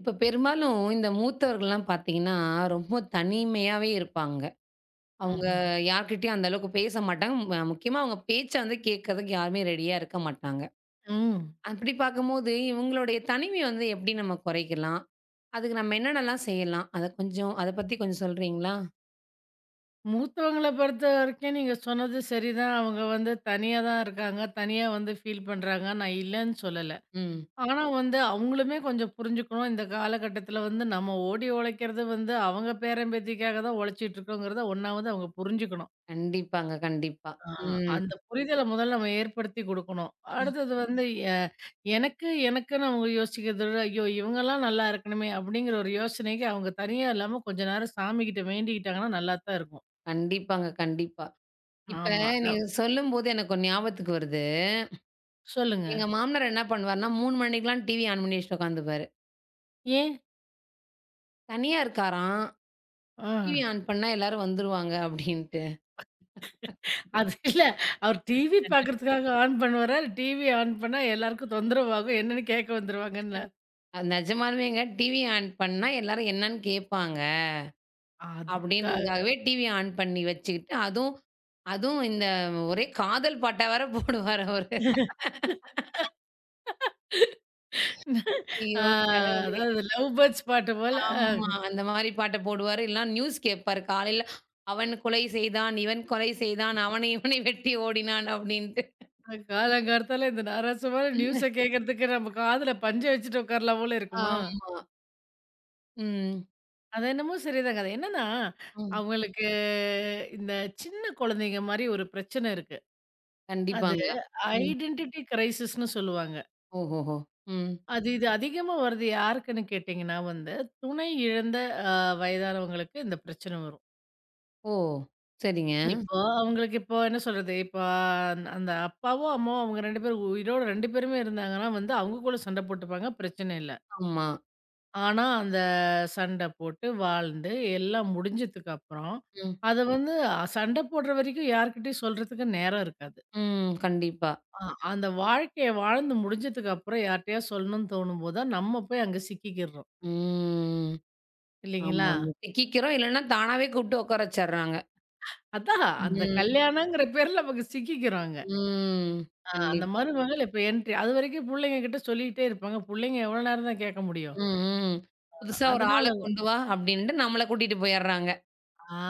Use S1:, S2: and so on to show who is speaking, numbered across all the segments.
S1: இப்ப பெரும்பாலும் இந்த மூத்தவர்கள்லாம் பார்த்தீங்கன்னா, ரொம்ப தனிமையாவே இருப்பாங்க. அவங்க
S2: ம்ஹ்ம்.
S1: யார்கிட்டயும் அந்த அளவுக்கு பேச மாட்டாங்க. முக்கியமா அவங்க பேச்ச வந்து கேட்கறதுக்கு யாருமே ரெடியா இருக்க மாட்டாங்க.
S2: ம்.
S1: அப்படி பார்க்கும்போது, இவங்களுடைய தனிமைய வந்து எப்படி நம்ம குறைக்கலாம்? அதுக்கு நம்ம என்னென்னலாம் செய்யலாம்? அத பத்தி கொஞ்சம் சொல்றீங்களா?
S2: மூத்தவங்கள பொறுத்தவரைக்கும் நீங்க சொன்னது சரிதான். அவங்க வந்து தனியா தான் இருக்காங்க. தனியா வந்து ஃபீல் பண்றாங்க. நான் இல்லன்னு சொல்லல.
S1: ம்.
S2: ஆனா வந்து அவங்களுமே கொஞ்சம் புரிஞ்சுக்கணும். இந்த காலகட்டத்தில வந்து நம்ம ஓடி உழைக்கிறது வந்து அவங்க பேரன் பேத்திக்காக தான் உழைச்சிட்டு இருக்கோங்கிறத ஒண்ணாவது அவங்க புரிஞ்சுக்கணும்.
S1: கண்டிப்பாங்க, கண்டிப்பா.
S2: ஆ.
S1: ம்.
S2: அந்த புரிதல முதல்ல நம்ம ஏற்படுத்தி குடுக்கணும். அடுத்தது வந்து எ எனக்கு எனக்குன்னு அவங்க யோசிக்கிறத விட, ஐயோ! இவங்கலாம் நல்லா இருக்கணுமே! அப்படிங்கிற ஒரு யோசனைக்கு அவங்க தனியா இல்லாம கொஞ்ச நேரம் சாமிகிட்ட வேண்டிக்கிட்டாங்கன்னா நல்லா தான் இருக்கும்.
S1: கண்டிப்பாங்க, கண்டிப்பா. இப்ப
S2: ஆமா.
S1: நீங்க சொல்லும்போது எனக்கு ஒரு ஞாபகத்துக்கு வருது.
S2: சொல்லுங்க.
S1: எங்க மாமனார் என்ன பண்ணுவாருன்னா, 3 மணிக்கெல்லாம் டிவி ஆன் பண்ணி வச்சுட்டு உட்காந்துப்பாரு.
S2: ஏன்?
S1: தனியா இருக்காராம்.
S2: ஆ.
S1: டிவி ஆன் பண்ணா எல்லாரும் வந்துருவாங்க அப்படின்ட்டு.
S2: அது இல்ல. அவர் டிவி பார்க்கறதுக்காக ஆன் பண்ணுவாரா? டிவி ஆன் பண்ணா எல்லாருக்கும் தொந்தரவாகும். என்னன்னு கேட்க வந்துருவாங்கன்னு.
S1: அது நெஜமாலுமேங்க டிவி ஆன் பண்ணா எல்லாரும் என்னன்னு கேட்பாங்க.
S2: அதுக்காக.
S1: அப்படின்றதுக்காகவே டிவி ஆன் பண்ணி வச்சுக்கிட்டு, அதுவும் அதுவும் இந்த ஒரே காதல் பாட்டா வேற போடுவாரு அவரு.
S2: ஆ,
S1: ஐயோ கடவுளே!
S2: அதாவது லவ் பேர்ட்ஸ் பாட்டு போல.
S1: ஆமா. அந்த மாரி பாட்ட போடுவாரு. இல்லனா நியூஸ் கேட்பாரு காலையில. "அவன் கொலை செய்தான், இவன் கொலை செய்தான், அவனை இவனை வெட்டி ஓடினான்" அப்படின்ட்டு.
S2: காலங்கார்த்தால இந்த நாராசமான நியூஸ கேட்கறதுக்கு நம்ம காதுல பஞ்ச வச்சுட்டு உட்காரலாம் போல இருக்குமா?
S1: ஆமா. ம்.
S2: அது என்னமோ சரிதாங்க. அது என்னன்னா,
S1: ம்.
S2: அவங்களுக்கு இந்த சின்ன குழந்தைங்க மாரி ஒரு பிரச்சனை இருக்கு. அது
S1: கண்டிப்பாங்க. ம்.
S2: ஐடென்டிட்டி கிரைசிஸ்ன்னு சொல்லுவாங்க.
S1: ஓஹோஹோ! ம்.
S2: அது இது அதிகமா வர்றது யாருக்குன்னு கேட்டீங்கன்னா வந்து, துணை இழந்த அ வயதானவங்களுக்கு இந்த பிரச்சனை வரும்.
S1: ஓ! சரிங்க.
S2: இப்போ அவங்களுக்கு இப்போ என்ன சொல்றது? இப்போ அந்த அப்பாவோ, அம்மாவோ அவங்க 2 பேரும் உயிரோட 2 பேருமே இருந்தாங்கன்னா வந்து அவங்க கூட சண்டை போட்டுப்பாங்க, பிரச்சனை இல்ல.
S1: ஆமா.
S2: ஆனா அந்த சண்டை போட்டு, வாழ்ந்து, எல்லாம் முடிஞ்சதுக்கு அப்புறம்,
S1: ம்.
S2: அத வந்து சண்டை போடுற வரைக்கும் யார்கிட்டயும் சொல்றதுக்கு நேரம் இருக்காது.
S1: ம். கண்டிப்பா.
S2: ஆ, அந்த வாழ்க்கைய வாழ்ந்து முடிஞ்சதுக்கு அப்புறம் யார்ட்டயா சொல்லணும்னு தோணும்போது தான், நம்ம போய் அங்க சிக்கிக்கிறோம்.
S1: ம்.
S2: இல்லைங்களா?
S1: ஆமாங்க. சிக்கிக்கிறோம். இல்லன்னா தானாவே கூப்பிட்டு உட்கார வச்சர்றாங்க.
S2: அதான் அந்த
S1: ம்.
S2: கல்யாணங்கிற பேர்ல நமக்கு சிக்கிக்கிறோம் அங்க.
S1: ம்.
S2: ஆ, அந்த
S1: கண்டிப்பா.
S2: மருமகள் இப்ப என்ட்ரி. அதுவரைக்கும் புள்ளைங்க கிட்ட சொல்லிக்கிட்டே இருப்பாங்க. புள்ளைங்க எவ்வளோ நேரம் தான் கேட்க முடியும்?
S1: ம். ம்.
S2: அ
S1: புதுசா ஒரு ஆள
S2: அதனால
S1: கொண்டு வா அப்படின்ட்டு நம்மள கூட்டிட்டு போயர்றாங்க.
S2: ஆ,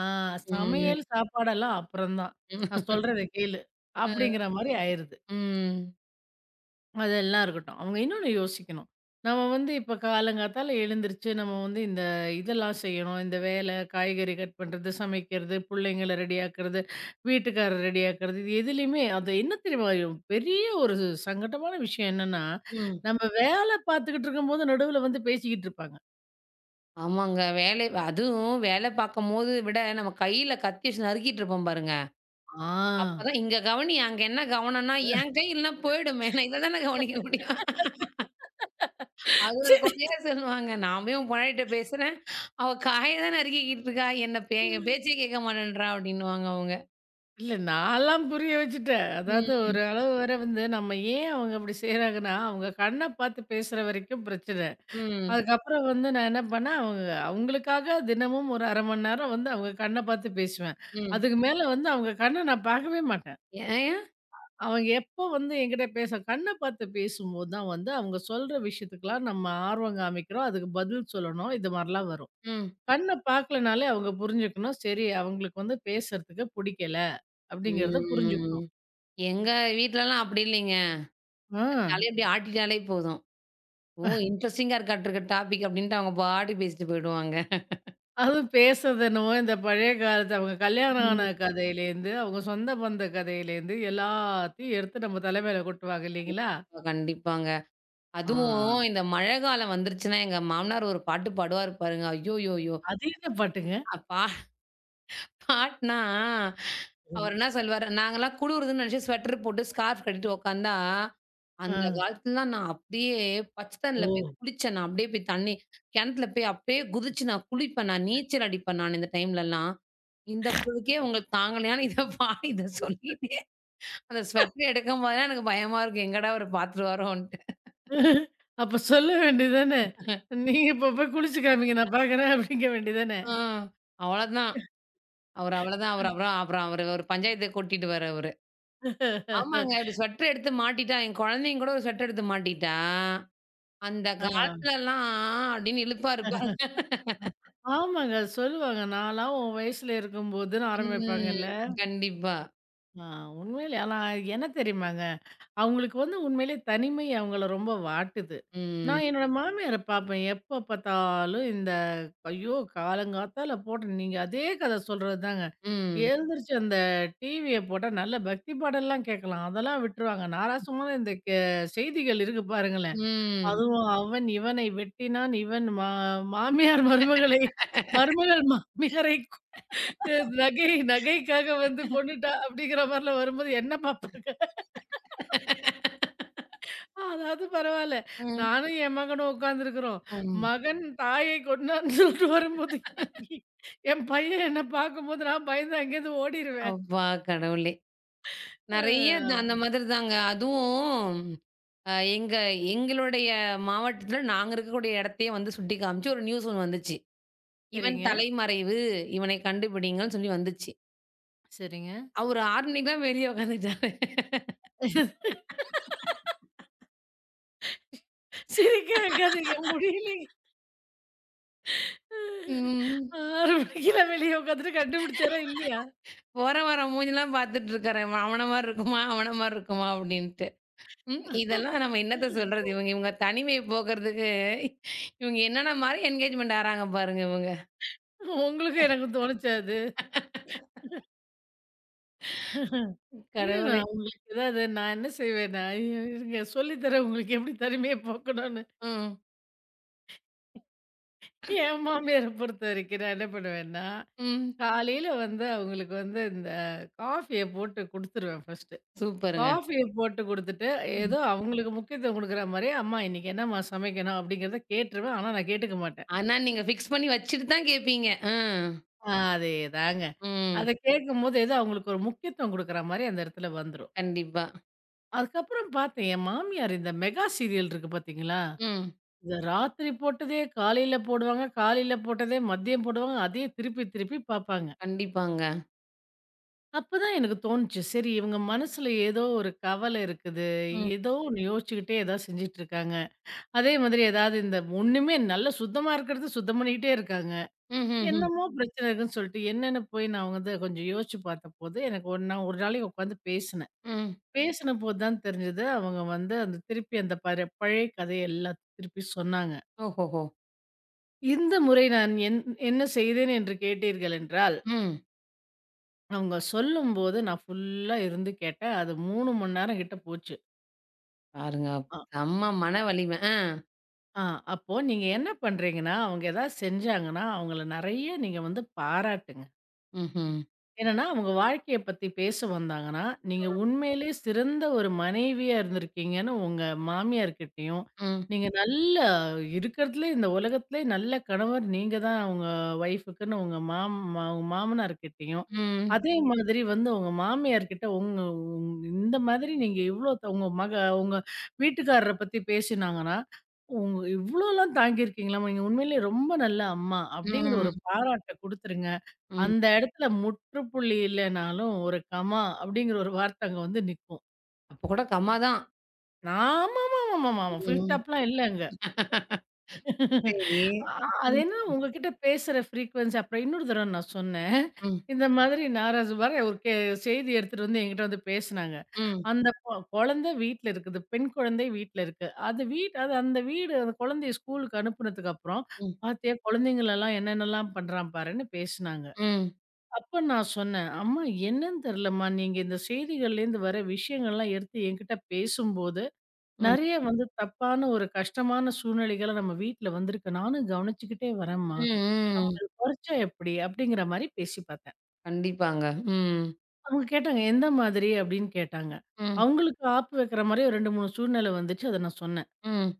S1: ம்.
S2: சமையல், சாப்பாடெல்லாம் அப்புறம் தான். நான் சொல்றத கேளு. அப்படிங்கிற மாரி ஆயிருது.
S1: ம்.
S2: அதெல்லாம் இருக்கட்டும். அவங்க இன்னொன்னு யோசிக்கணும். நம்ம வந்து இப்ப காலங்காத்தால எழுந்திருச்சு நம்ம வந்து இந்த இதெல்லாம் செய்யணும். இந்த வேலை, காய்கறி கட் பண்றது, சமைக்கிறது, புள்ளைங்கள ரெடியாக்குறது, வீட்டுக்காரர ரெடியாக்குறது. இது எதுலயுமே அது என்ன தெரியுமா? ஒரு பெரிய ஒரு சங்கட்டமான விஷயம் என்னன்னா,
S1: ம்.
S2: நம்ம வேலை பார்த்துக்கிட்டு இருக்கும்போது நடுவுல வந்து பேசிக்கிட்டு இருப்பாங்க.
S1: ஆமாங்க. வேலை அதுவும் வேலை பார்க்கும்போது விட நம்ம கையில கத்தி வச்சு நறுக்கிட்டு இருப்போம் பாருங்க.
S2: ஆ.
S1: அப்பதான் இங்க கவனி, அங்க என்ன கவனம்னா, என் கை இல்லன்னா போயிடுமே. நான் இத தானே கவனிக்க முடியும். அது ஒரு
S2: சே.
S1: கொறையா சொல்லுவாங்க. நான் போய் உன் பொண்டாட்டிட்ட பேசுறேன். அவ காய தான் நறுக்கிக்கிட்டு இருக்கா. என் பேச்சே கேட்க மாட்டேன்றா அப்டின்னுவாங்க அவங்க.
S2: இல்ல, நான்லாம் புரிய வச்சுட்டேன். அதாவது
S1: ம்.
S2: ஒரு அளவு வரை வந்து நம்ம ஏன் அவங்க அப்படி செய்றாங்கன்னா, அவங்க கண்ண பார்த்து பேசுற வரைக்கும் பிரச்சனை.
S1: ம்.
S2: அதுக்கப்புறம் வந்து நான் என்ன பண்ணேன், அவங்க அவங்களுக்காக தினமும் ஒரு 1/2 மணி நேரம் வந்து அவங்க கண்ண பார்த்து பேசுவேன்.
S1: ம்.
S2: அதுக்கு மேல வந்து அவங்க கண்ண நான் பார்க்கவே மாட்டேன்.
S1: ஏன்?
S2: அவங்க எப்போ வந்து என்கிட்ட பேச கண்ண பார்த்து பேசும்போது தான் வந்து அவங்க சொல்ற விஷயத்துக்கெல்லாம் நம்ம ஆர்வம் காமிக்கிறோம். அதுக்கு பதில் சொல்லணும். இது மாரிலாம் வரும்.
S1: ம்.
S2: கண்ண பார்க்கலனாலே அவங்க புரிஞ்சுக்கணும். சரி, அவங்களுக்கு வந்து பேசுறதுக்கு புடிக்கல அப்படிங்கிறத
S1: ம்.
S2: புரிஞ்சுக்கணும்.
S1: எங்க வீட்லலாம் அப்டி இல்லைங்க.
S2: ஆ.
S1: தலைய இப்டி ஆட்டிட்டாலே போதும். ஓ! இன்ட்ரஸ்டிங்கா இருக்காட்டுருக்கு டாபிக் அப்டின்ட்டு அவங்க பாட்டுக்கு பேசிட்டு போயிடுவாங்க.
S2: அதுவும் பேசுறது என்னமோ இந்த பழைய காலத்து அவங்க கல்யாணம் ஆன
S1: ம்.
S2: கதையிலேருந்து, அவங்க சொந்த பந்த கதையிலேருந்து எல்லாத்தையும் எடுத்து நம்ம தலைமையில கொட்டுவாங்க இல்லைங்களா?
S1: கண்டிப்பாங்க.
S2: ஆ.
S1: அதுவும் இந்த மழை காலம் வந்துருச்சுன்னா, எங்க மாமனார் ஒரு பாட்டு பாடுவாரு பாருங்க. ஐயோயோயோ!
S2: அது என்ன பாட்டுங்க?
S1: அப்பா காட்னா, அவரு
S2: ம்.
S1: என்ன சொல்வாரு, நாங்கலாம் குளுருதுன்னு நெனச்சு ஸ்வெட்டர் போட்டு, ஸ்கார்ஃப் கட்டிட்டு உக்காந்தா,
S2: ஆ.
S1: அந்த காலத்துலலாம் நான் அப்டியே பச்ச தண்ணில
S2: ஓ!
S1: போய் குளிச்சேன் நான். அப்டியே போய் தண்ணி கிணத்துல போய் அப்டியே குதிச்சு நான் குளிப்பேன் நான். நீச்சல் அடிப்பேன் நான் இந்த டைம்லலாம். இந்த குளுருக்கே உங்களுக்கு தாங்கலையான்னு இத பாடி இத சொல்லிட்டு, அந்த ஸ்வெட்டர் எடுக்கும்போதெல்லாம் எனக்கு பயமா இருக்கும். எங்கடா அவரு பாத்துருவாரோன்ட்டு.
S2: அப்ப சொல்ல வேண்டியது தானே. நீங்க இப்ப போய் குளிச்சு காமிங்க நான் பார்க்குறேன் அப்படிங்க வேண்டியது தானே.
S1: ஆ. அவ்வளதான். அவரு அவ்வளதான். அவரு அப்புறம் அப்புறம் அவரு ஒரு பஞ்சாயத்துக்கு கூட்டிடுவாரு அவரு. ஆமாங்க. அப்படி ஸ்வெட்டர் எடுத்து மாட்டிட்டா, என் குழந்தையும் கூட ஒரு ஸ்வெட்டர் எடுத்து மாட்டிட்டா, அந்த
S2: ஆ.
S1: காலத்துலலாம் அப்படின்னு இழுப்பா இருப்பா.
S2: ஆமாங்க சொல்லுவாங்க. நான்லாம் உன் வயசுல இருக்கும்போதுன்னு ஆரம்பிப்பாங்கல்ல.
S1: ம். கண்டிப்பா.
S2: ஆ உண்மையிலே ஆனா என்ன தெரியுமாங்க? அவங்களுக்கு வந்து உண்மையிலே தனிமை அவங்கள ரொம்ப வாட்டுது. நான்
S1: ம்.
S2: என்னோட மாமியார பார்ப்பேன். எப்ப பார்த்தாலும் இந்த ஐயோ! காலங்காத்தால போட்டு நீங்க அதே கத சொல்றது தாங்க.
S1: ம்.
S2: எழுந்திரிச்சு அந்த டிவிய போட்டா நல்ல பக்தி பாடல்லாம் கேட்கலாம். அதெல்லாம் விட்டுருவாங்க. நாராசமான இந்த செய்திகள் இருக்கு பாருங்களேன்.
S1: ம்.
S2: அதுவும் அவன் இவனை வெட்டினான். இவன் மாமியார் மருமகளை மருமகள் மாமியாரை நகைக்காக வந்து கொன்னுட்டா. அப்படிங்கிற மாரிலாம் வரும்போது என்ன பார்ப்பாங்க? ஆ, அதாவது பரவால்ல.
S1: ம்.
S2: நானும் என் மகனும் உட்காந்துருக்கிறோம்.
S1: ம்.
S2: மகன் தாயை கொண்டான்னு சொல்லிட்டு வரும்போது, என் பையன் என்ன பார்க்கும்போது நான் பயந்து அங்கேருந்து ஓடிருவேன்.
S1: அப்பா கடவுளே! நெறைய
S2: அ.
S1: அந்த மாதிரி தாங்க. அதுவும் அ எங்க எங்களுடைய மாவட்டத்துல நாங்க இருக்கக்கூடிய இடத்தையே வந்து சுட்டி காமிச்சு ஒரு நியூஸ் ஒண்ணு வந்துச்சு. "இவன்
S2: சரிங்க,
S1: தலைமறைவு. இவனை கண்டுபிடிங்கன்னு" சொல்லி வந்துச்சு.
S2: சரிங்க.
S1: அவரு 6 மணிக்கெல்லாம் வெளிய உட்காந்துட்டாரு.
S2: சிரிக்க வைக்காதீங்க. முடியலைங்க.
S1: ம்.
S2: 6 மணிக்கெல்லாம் வெளிய உட்காந்துட்டு கண்டுபிடிச்சாரா இல்லையா?
S1: போற வர மூஞ்சிலாம் பார்த்துட்டு இருக்காரு. இவன் அவன மாரி இருக்குமா? அவன மாரி இருக்குமா? அப்டின்ட்டு. ம். இதெல்லாம் நம்ம என்னத்த சொல்றது? இவங்க இவங்க தனிமைய போக்குறதுக்கு இவங்க என்னென்ன மாரி என்கேஜ்மெண்ட் ஆறாங்க பாருங்க இவங்க.
S2: உங்களுக்கும் எனக்கும் தோணுச்சா அது? ஐயோ!
S1: கடவுளே!
S2: நான் உங்களுக்கு ஏதாவது நான் என்ன செய்வேன்னா, ஐயோ இருங்க சொல்லி தரேன் உங்களுக்கு எப்படி தனிமைய போக்கணும்னு.
S1: ம்.
S2: என் மாமியார பொறுத்த வரைக்கும் நான் என்ன பண்ணுவேன்னா
S1: ம்.
S2: காலையில வந்து அவங்களுக்கு வந்து இந்த காஃபிய போட்டு குடுத்துருவேன் ஃபர்ஸ்ட்டு.
S1: சூப்பருங்க.
S2: காஃபிய போட்டு குடுத்துட்டு,
S1: ம்.
S2: ஏதோ அவங்களுக்கு முக்கியத்துவம் குடுக்குற மாரி, "அம்மா இன்னைக்கு என்னம்மா சமைக்கணும்?" அப்படிங்கிறத கேட்டுருவேன். ஆனா நான் கேட்டுக்க மாட்டேன்.
S1: ஆனா நீங்க ஃபிக்ஸ் பண்ணி வச்சுட்டு தான் கேட்பீங்க. அ.
S2: ஆ, அதேதாங்க. அத
S1: ம்.
S2: கேட்கும்போது ஏதோ அவங்களுக்கு ஒரு முக்கியத்துவம் குடுக்குற மாரி அந்த இடத்துல வந்துரும்.
S1: கண்டிப்பா.
S2: அதுக்கப்புறம் பார்த்தேன், என் மாமியார் இந்த மெகா சீரியல் இருக்கு பார்த்தீங்களா?
S1: ம்.
S2: இந்த ராத்திரி போட்டதே காலையில போடுவாங்க, காலையில போட்டதே மதியம் போடுவாங்க. அதையே திருப்பி திருப்பி பார்ப்பாங்க.
S1: கண்டிப்பாங்க.
S2: அப்பதான் எனக்கு தோணுச்சு. சரி, இவங்க மனசுல ஏதோ ஒரு கவல இருக்குது.
S1: ம்.
S2: ஏதோ ஒண்ணு யோசிச்சுக்கிட்டே ஏதாவது செஞ்சுட்டு இருக்காங்க. அதே மாதிரி ஏதாவது இந்த ஒண்ணுமே நல்ல சுத்தமா இருக்கிறது சுத்தம் பண்ணிக்கிட்டே இருக்காங்க.
S1: ம்ஹ்ஹ்ம்.
S2: என்னமோ பிரச்சனை இருக்குன்னு சொல்லிட்டு என்னன்னு போய் நான் அவங்க வந்து கொஞ்சம் யோசிச்சு பார்த்தபோது, எனக்கு ஒரு நான் ஒரு நாளைக்கு உட்காந்து பேசினேன்.
S1: ம்.
S2: பேசின போது தான் தெரிஞ்சது அவங்க வந்து அந்த திருப்பி அந்த பழைய கதைய எல்லாம் திருப்பி சொன்னாங்க.
S1: ஓஹோஹோ!
S2: இந்த முறை நான் என்ன செய்தேன் என்று கேட்டீர்கள் என்றால்,
S1: ம்.
S2: அவங்க சொல்லும்போது நான் ஃபுல்லா இருந்து கேட்டேன். அது 3 மணி நேரம் கிட்ட போச்சு.
S1: பாருங்க.
S2: ஆ,
S1: செம்ம மன
S2: ஆ.
S1: வலிமை. ஆ.
S2: ஆ, அப்போ நீங்க என்ன பண்றீங்கன்னா, அவங்க ஏதாவது செஞ்சாங்கன்னா, அவங்கள நெறைய நீங்க வந்து பாராட்டுங்க.
S1: ம்ஹ்ம்.
S2: என்னன்னா, அவங்க வாழ்க்கைய பத்தி பேச வந்தாங்கன்னா, நீங்க உண்மையிலேயே சிறந்த ஒரு மனைவியா இருந்திருக்கீங்கன்னு உங்க மாமியார்கிட்டயும்,
S1: ம்.
S2: நீங்க நல்ல இருக்கிறதுலே இந்த உலகத்திலே நல்ல கணவர் நீங்க தான் உங்க ஒய்ஃப்க்குன்னு உங்க உங்க மாமனார்கிட்டயும்,
S1: ம்.
S2: அதே மாதிரி வந்து உங்க மாமியார்கிட்ட உங்க இந்த மாதிரி நீங்க இவ்ளோ உங்க உங்க வீட்டுக்காரர பத்தி பேசினாங்கன்னா, "உங்க இவ்ளோலாம் தாங்கியிருக்கீங்களாம்மா! நீங்க உண்மையிலேயே ரொம்ப நல்ல அம்மா" அப்படிங்கிற
S1: ம்.
S2: ஒரு பாராட்ட குடுத்துருங்க.
S1: ம்.
S2: அந்த இடத்துல முற்றுப்புள்ளி இல்லனாலும், ஒரு கமா அப்படிங்கிற ஒரு வார்த்தை அங்க வந்து நிக்கும்.
S1: அப்ப கூட கம்மா தான்.
S2: ஆமாமாமாமாமா. ஃபுல்
S1: ம்.
S2: ஸ்டாப்லாம் இல்ல அங்க.
S1: சரி.
S2: அ அது
S1: ம்.
S2: என்ன உங்ககிட்ட பேசுற ஃப்ரீக்வென்சி அப்புறம் இன்னொரு தடவ நான் சொன்னேன்.
S1: ம்.
S2: இந்த மாதிரி நாராசு பாரு ஒரு செய்தி எடுத்துட்டு வந்து என்கிட்ட வந்து பேசுனாங்க.
S1: ம்.
S2: அந்த குழந்தை வீட்ல இருக்குது. பெண் குழந்தை வீட்ல இருக்கு. அது வீட் அது அந்த வீடு அந்த குழந்தைய ஸ்கூலுக்கு அனுப்புனதுக்கு அப்புறம்,
S1: ம்.
S2: "பாத்தியா குழந்தைங்களலாம் என்னென்னலாம் பண்றான் பாருன்னு" பேசுனாங்க.
S1: ம்.
S2: அப்ப நான் சொன்னேன், "அம்மா என்னன்னு தெரியலம்மா, நீங்க இந்த செய்திகள்லேருந்து வர விஷயங்கள்லாம் எடுத்து என்கிட்ட பேசும்போது,
S1: ம். ம்.
S2: நெறைய ம். வந்து தப்பான ஒரு கஷ்டமான சூழ்நிலைகள நம்ம வீட்ல வந்திருக்கு. நானும் கவனிச்சுக்கிட்டே வரேன்ம்மா.
S1: ம்.
S2: கொறைச்சா எப்படி?" அப்படிங்கிற மாரி பேசி பார்த்தேன்.
S1: கண்டிப்பாங்க. ம்.
S2: அவங்க கேட்டாங்க, "எந்த மாதிரி?" அப்படின்னு கேட்டாங்க.
S1: ம்.
S2: அவங்களுக்கு ஆப்பு வைக்கிற மாரி ஒரு 2, 3 சூழ்நிலை வந்துச்சு. அத நான் சொன்னேன்.
S1: ம்.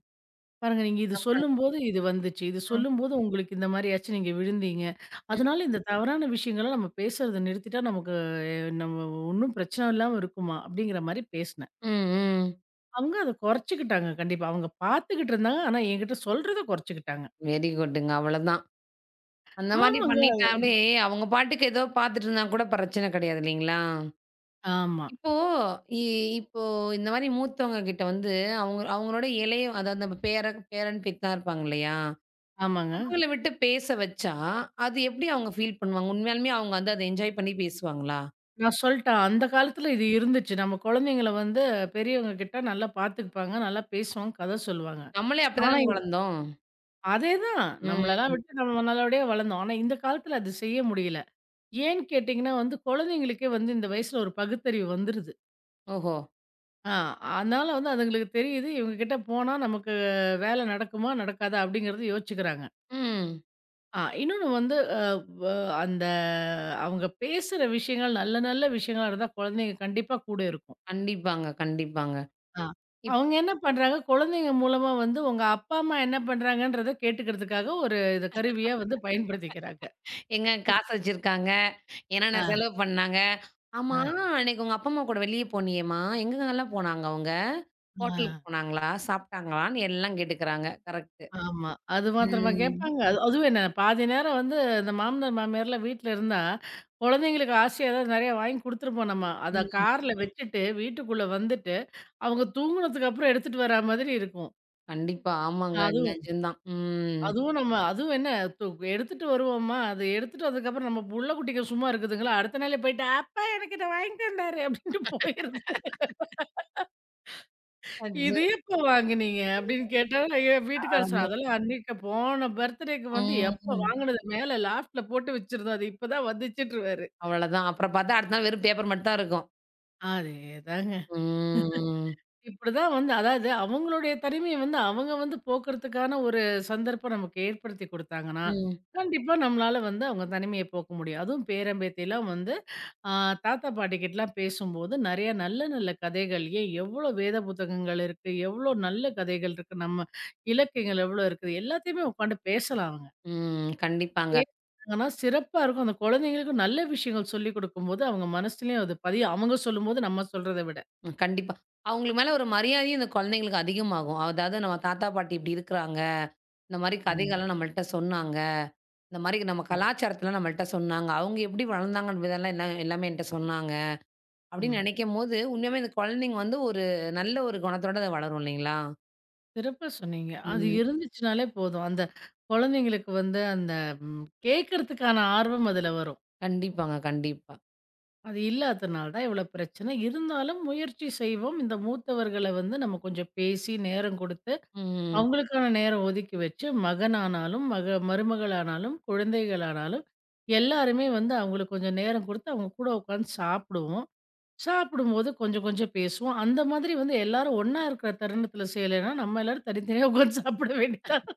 S2: "பாருங்க நீங்க இது சொல்லும்போது இது வந்துச்சு. இது
S1: ம்.
S2: சொல்லும்போது உங்களுக்கு இந்த மாரி ஆச்சு. நீங்க விழுந்தீங்க.
S1: ம்.
S2: அதனால இந்த தவறான விஷயங்கள நம்ம பேசுறத நிறுத்திட்டா நமக்கு நம்ம ஒண்ணும் பிரச்சனை இல்லாம இருக்குமா? அப்படிங்கிற மாரி பேசினேன்.
S1: ம்.
S2: அவங்க அத குறைச்சுக்கிட்டாங்க கண்டிப்பா. அவங்க பார்த்துக்கிட்டு இருந்தாங்க. ஆனா என்கிட்ட சொல்றத குறைச்சுக்கிட்டாங்க.
S1: வெரி குட்டுங்க. அவ்வளதான். அந்த மாரி
S2: ஆமாங்க.
S1: பண்ணிட்டாலே, அவங்க பாட்டுக்கு ஏதோ பார்த்துட்டு இருந்தா கூட பிரச்சனை கிடையாது இல்லைங்களா?
S2: ஆமா,
S1: இப்போ இ இப்போ இந்த மாரி மூத்தவங்க கிட்ட வந்து, அவங்க அவங்களோட இளைய அதாவது நம்ம பேர பேரன், பேத்திலாம் இருப்பாங்க இல்லையா?
S2: ஆமாங்க.
S1: அவங்கள விட்டு பேச வச்சா, அது எப்படி அவங்க ஃபீல் பண்ணுவாங்க? உண்மையாலுமே அவங்க வந்து அத என்ஜாய் பண்ணி பேசுவாங்களா?
S2: நான் சொல்ட்டேன். அந்த காலத்துல இது இருந்துச்சு. நம்ம குழந்தைங்கள வந்து பெரியவங்க கிட்ட நல்லா பார்த்துப்பாங்க. நல்லா பேசுவாங்க, கதை சொல்லுவாங்க.
S1: நம்மளே
S2: ஆனா
S1: அப்படிதானங்க
S2: இ-
S1: வளர்ந்தோம்.
S2: அதேதான்.
S1: ம்.
S2: நம்மளலாம் விட்டு நம்ம நல்லபடியா வளர்ந்தோம். ஆனா இந்த காலத்துல அது செய்ய முடியல. ஏன்னு கேட்டீங்கன்னா வந்து குழந்தைங்களுக்கே வந்து இந்த வயசுல ஒரு பகுத்தறிவு வந்துருது.
S1: ஓஹோ!
S2: ஆ, அதனால வந்து அதுங்களுக்கு தெரியுது, இவங்க கிட்ட போனா நமக்கு வேலை நடக்குமா, நடக்காதா அப்படிங்கிறது யோசிச்சுக்கிறாங்க.
S1: ம்.
S2: ஆ, இன்னொன்னு வந்து அ வ அந்த அவங்க பேசுற விஷயங்கள் நல்ல நல்ல விஷயங்களா இருந்தா குழந்தைங்க கண்டிப்பா கூட இருக்கும்.
S1: கண்டிப்பாங்க, கண்டிப்பாங்க.
S2: ஆ.
S1: இப்
S2: அவங்க என்ன பண்றாங்க, குழந்தைங்க மூலமா வந்து உங்க அப்பா, அம்மா என்ன பண்றாங்கன்றத கேட்டுக்கிறதுக்காக ஒரு இத கருவியா வந்து பயன்படுத்திக்கிறாங்க.
S1: "ஏங்க காசு வச்சிருக்காங்க, என்னென்ன
S2: ஆ,
S1: செலவு பண்ணாங்க? ஆமா,
S2: ஆ,
S1: அன்னைக்கு உங்க அப்பா, அம்மா கூட வெளிய போனியேம்மா, எங்கெங்கலாம் போனாங்க அவங்க?
S2: ஆ.
S1: ஹோட்டலுக்கு போனாங்களா? சாப்பிட்டாங்களான்னு?" எல்லாம் கேட்டுக்கிறாங்க. கரெக்ட்.
S2: ஆமா. அது மாத்திரமா
S1: ம்.
S2: கேட்பாங்க. அது அதுவும் என்ன பாதி நேரம் வந்து இந்த மாமனார், மாமியார்லாம் வீட்ல இருந்தா, குழந்தைங்களுக்கு ஆசையா ஏதாவது நெறைய வாங்கி குடுத்துருப்போம் நம்ம. அத
S1: ம்.
S2: கார்ல வச்சுட்டு, வீட்டுக்குள்ள வந்துட்டு, அவங்க தூங்குனதுக்கு அப்புறம் எடுத்துட்டு வரா மாதிரி இருக்கும்.
S1: கண்டிப்பா. ஆமாங்க.
S2: அதுவும்
S1: நிஜம்தான். ம்.
S2: அதுவும் நம்ம அதுவும் என்ன து எடுத்துட்டு வருவோமா, அது எடுத்துட்டு வந்ததுக்கப்புறம் நம்ம புள்ள குட்டிங்க சும்மா இருக்குதுங்களா, அடுத்த நாளே போயிட்டு, "அப்பா எனக்கு இத வாங்கிட்டு வந்தாரு" அப்படின்ட்டு போயிருது.
S1: அச்சோ!
S2: "இது எப்போ வாங்குனீங்க?" அப்படின்னு கேட்டா, என் வீட்டுக்காரர் சொன்னாரு,
S1: அவ்ளோதான்.
S2: "அதெல்லாம் அன்னைக்கு போன பர்த்டேக்கு வந்து எப்ப
S1: ம்.
S2: வாங்குனது மேல லாஃப்ட்ல போட்டு வச்சிருந்தோம். அது இப்பதான் வந்துச்சுன்றுவாரு."
S1: அவ்வளதான். அப்புறம் பார்த்தா அடுத்த நாள் வெறும் பேப்பர் மட்டும் தான் இருக்கும்.
S2: அதேதாங்க.
S1: ம்.
S2: இப்படிதான் வந்து அதாவது அவங்களுடைய தனிமைய வந்து அவங்க வந்து போக்குறதுக்கான ஒரு சந்தர்ப்பம் நமக்கு ஏற்படுத்தி குடுத்தாங்கன்னா,
S1: ம்.
S2: கண்டிப்பா நம்மளால வந்து அவங்க தனிமைய போக்க முடியும். அதுவும் பேரன், பேத்திலாம் வந்து ஆ, தாத்தா, பாட்டிகிட்டலாம் பேசும்போது நெறைய நல்ல நல்ல கதைகள், ஏன் எவ்வளோ வேத புத்தகங்கள் இருக்கு, எவ்வளோ நல்ல கதைகள் இருக்கு, நம்ம இலக்கியங்கள் எவ்வளோ இருக்குது, எல்லாத்தையுமே உட்காந்து பேசலாம் அவங்க.
S1: ம். கண்டிப்பாங்க.
S2: பேசுனாங்கன்னா சிறப்பா இருக்கும். அந்த குழந்தைங்களுக்கும் நல்ல விஷயங்கள் சொல்லிக் குடுக்கும்போது, அவங்க மனசுலயும் அது பதியும். அவங்க சொல்லும்போது நம்ம சொல்றத விட.
S1: ம். கண்டிப்பா. அவங்களுக்கு மேல ஒரு மரியாதையும் இந்த குழந்தைங்களுக்கு அதிகமாகும். அதாவது நம்ம தாத்தா, பாட்டி இப்படி இருக்கிறாங்க. இந்த மாரி
S2: ஆமா.
S1: கதைகள்லாம் நம்மள்ட்ட சொன்னாங்க. இந்த மாரி நம்ம
S2: ம்.
S1: கலாச்சாரத்தலாம் நம்மள்ட்ட சொன்னாங்க. அவங்க எப்படி வளர்ந்தாங்கன்னு இதெல்லாம் எல்லாம் எல்லாமே என்ட்ட சொன்னாங்க. அப்படின்னு
S2: ம்.
S1: நினைக்கும்போது, உண்மையாவே இந்த குழந்தைங்க வந்து ஒரு நல்ல ஒரு குணத்தோட அது வளரும் இல்லைங்களா?
S2: சிறப்பா சொன்னீங்க. அது
S1: ம்.
S2: இருந்துச்சுனாலே போதும். அந்த குழந்தைங்களுக்கு வந்து அந்த ம் கேட்கறதுக்கான ஆர்வம் அதுல வரும்.
S1: கண்டிப்பாங்க, கண்டிப்பா.
S2: அது இல்லாதனால தான் இவ்வளோ பிரச்சனை. இருந்தாலும் முயற்சி செய்வோம். இந்த மூத்தவர்கள வந்து நம்ம கொஞ்சம் பேசி, நேரம் கொடுத்து,
S1: ம்.
S2: அவங்களுக்கான நேரம் ஒதுக்கி வச்சு, மகனானாலும், மருமகளானாலும், குழந்தைகளானாலும் எல்லாருமே வந்து அவங்களுக்கு கொஞ்சம் நேரம் கொடுத்து, அவங்க கூட உட்காந்து சாப்பிடுவோம். சாப்பிடும்போது கொஞ்சம் கொஞ்சம் பேசுவோம். அந்த மாதிரி வந்து எல்லாரும் ஒண்ணா இருக்கிற தருணத்தில செய்யலைன்னா, நம்ம எல்லாரும் தனித்தனியா உட்காந்து சாப்பிட வேண்டியது.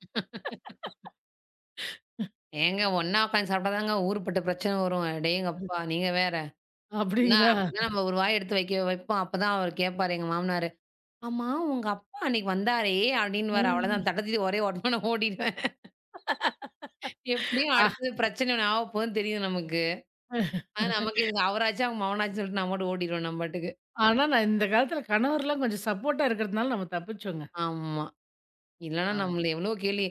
S1: ஏங்க ஒண்ணா உட்காந்து சாப்பிட்டாதாங்க ஊருப்பட்ட பிரச்சனை வரும். அடேங்கப்பா! நீங்க வேற. ஒண்ணா
S2: அப்படிங்களா?
S1: அப்பதான் நம்ம ஒரு வாய் எடுத்து வைக்க வைப்போம். அப்பதான் அவரு கேட்பாரு எங்க மாமனாரு. "ஆமா உங்க அப்பா அன்னைக்கு வந்தாரே" அப்படின்னுவாரு.
S2: ம்.
S1: அவ்வளோதான் தட்ட தூக்கி ஒரே ஓட்டமா ஓடிடுவேன். எப்படியும்
S2: ஆ,
S1: அடுத்தது பிரச்சனை ஒண்ணு ஆகப்போகுதுன்னு தெரியும் நமக்கு. ஆனா நமக்கு இதுக்கு அவராச்சும் அவங்க மவனாச்சும் சொல்லிட்டு நான் பாட்டுக்கு ஓடிருவேன் நம்ம பாட்டுக்கு.
S2: ஆனா, நான் இந்த காலத்துல கணவர்லாம் கொஞ்சம் சப்போர்ட்டா இருக்கிறதுனால நம்ம தப்பிச்சோங்க.
S1: ஆமா. இல்லன்னா
S2: ஆமாங்க.
S1: நம்மள எவ்வளோ கேலி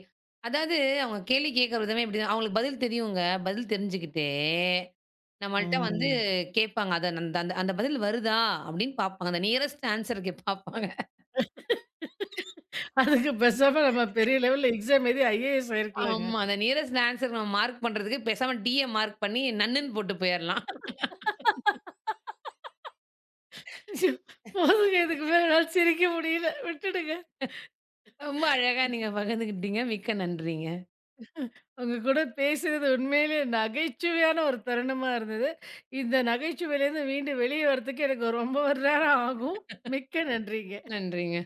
S1: அதாவது அவங்க கேலி கேட்கிற விதமே இப்படிதான். அவங்களுக்கு பதில் தெரியுங்க. பதில் தெரிஞ்சுக்கிட்டே, நம்மள்ட்ட வந்து
S2: ம்.
S1: கேட்பாங்க. அத அந்த அந்த அந்த பதில் வருதா அப்படின்னு பார்ப்பாங்க. அந்த நியரஸ்ட் ஆன்ஸர்க்கு பார்ப்பாங்க.
S2: அதுக்கு பேசாம நம்ம பெரிய லெவல்ல எக்ஸாம் எழுதி ஐஏஎஸ் ஆயிருக்கலாங்க.
S1: ஆமா. அந்த நியரஸ்ட் ஆன்ஸர் நம்ம மார்க் பண்றதுக்கு பேசாம டீய மார்க் பண்ணி நன்னுன்னு போட்டு போயிரலாம்.
S2: ஐயோ! போதுங்க இதுக்கு மேல என்னால சிரிக்க முடியல. விட்டுடுங்க.
S1: ரொம்ப அழகா நீங்க பகிர்ந்துக்கிட்டீங்க. மிக்க நன்றிங்க.
S2: உங்க கூட பேசுனது உண்மையிலேயே நகைச்சுவையான ஒரு தருணமா இருந்தது. இந்த நகைச்சுவையிலேருந்து மீண்டு வெளிய வரதுக்கு எனக்கு ரொம்ப ஒரு நேரம் ஆகும். மிக்க நன்றிங்க.
S1: நன்றிங்க.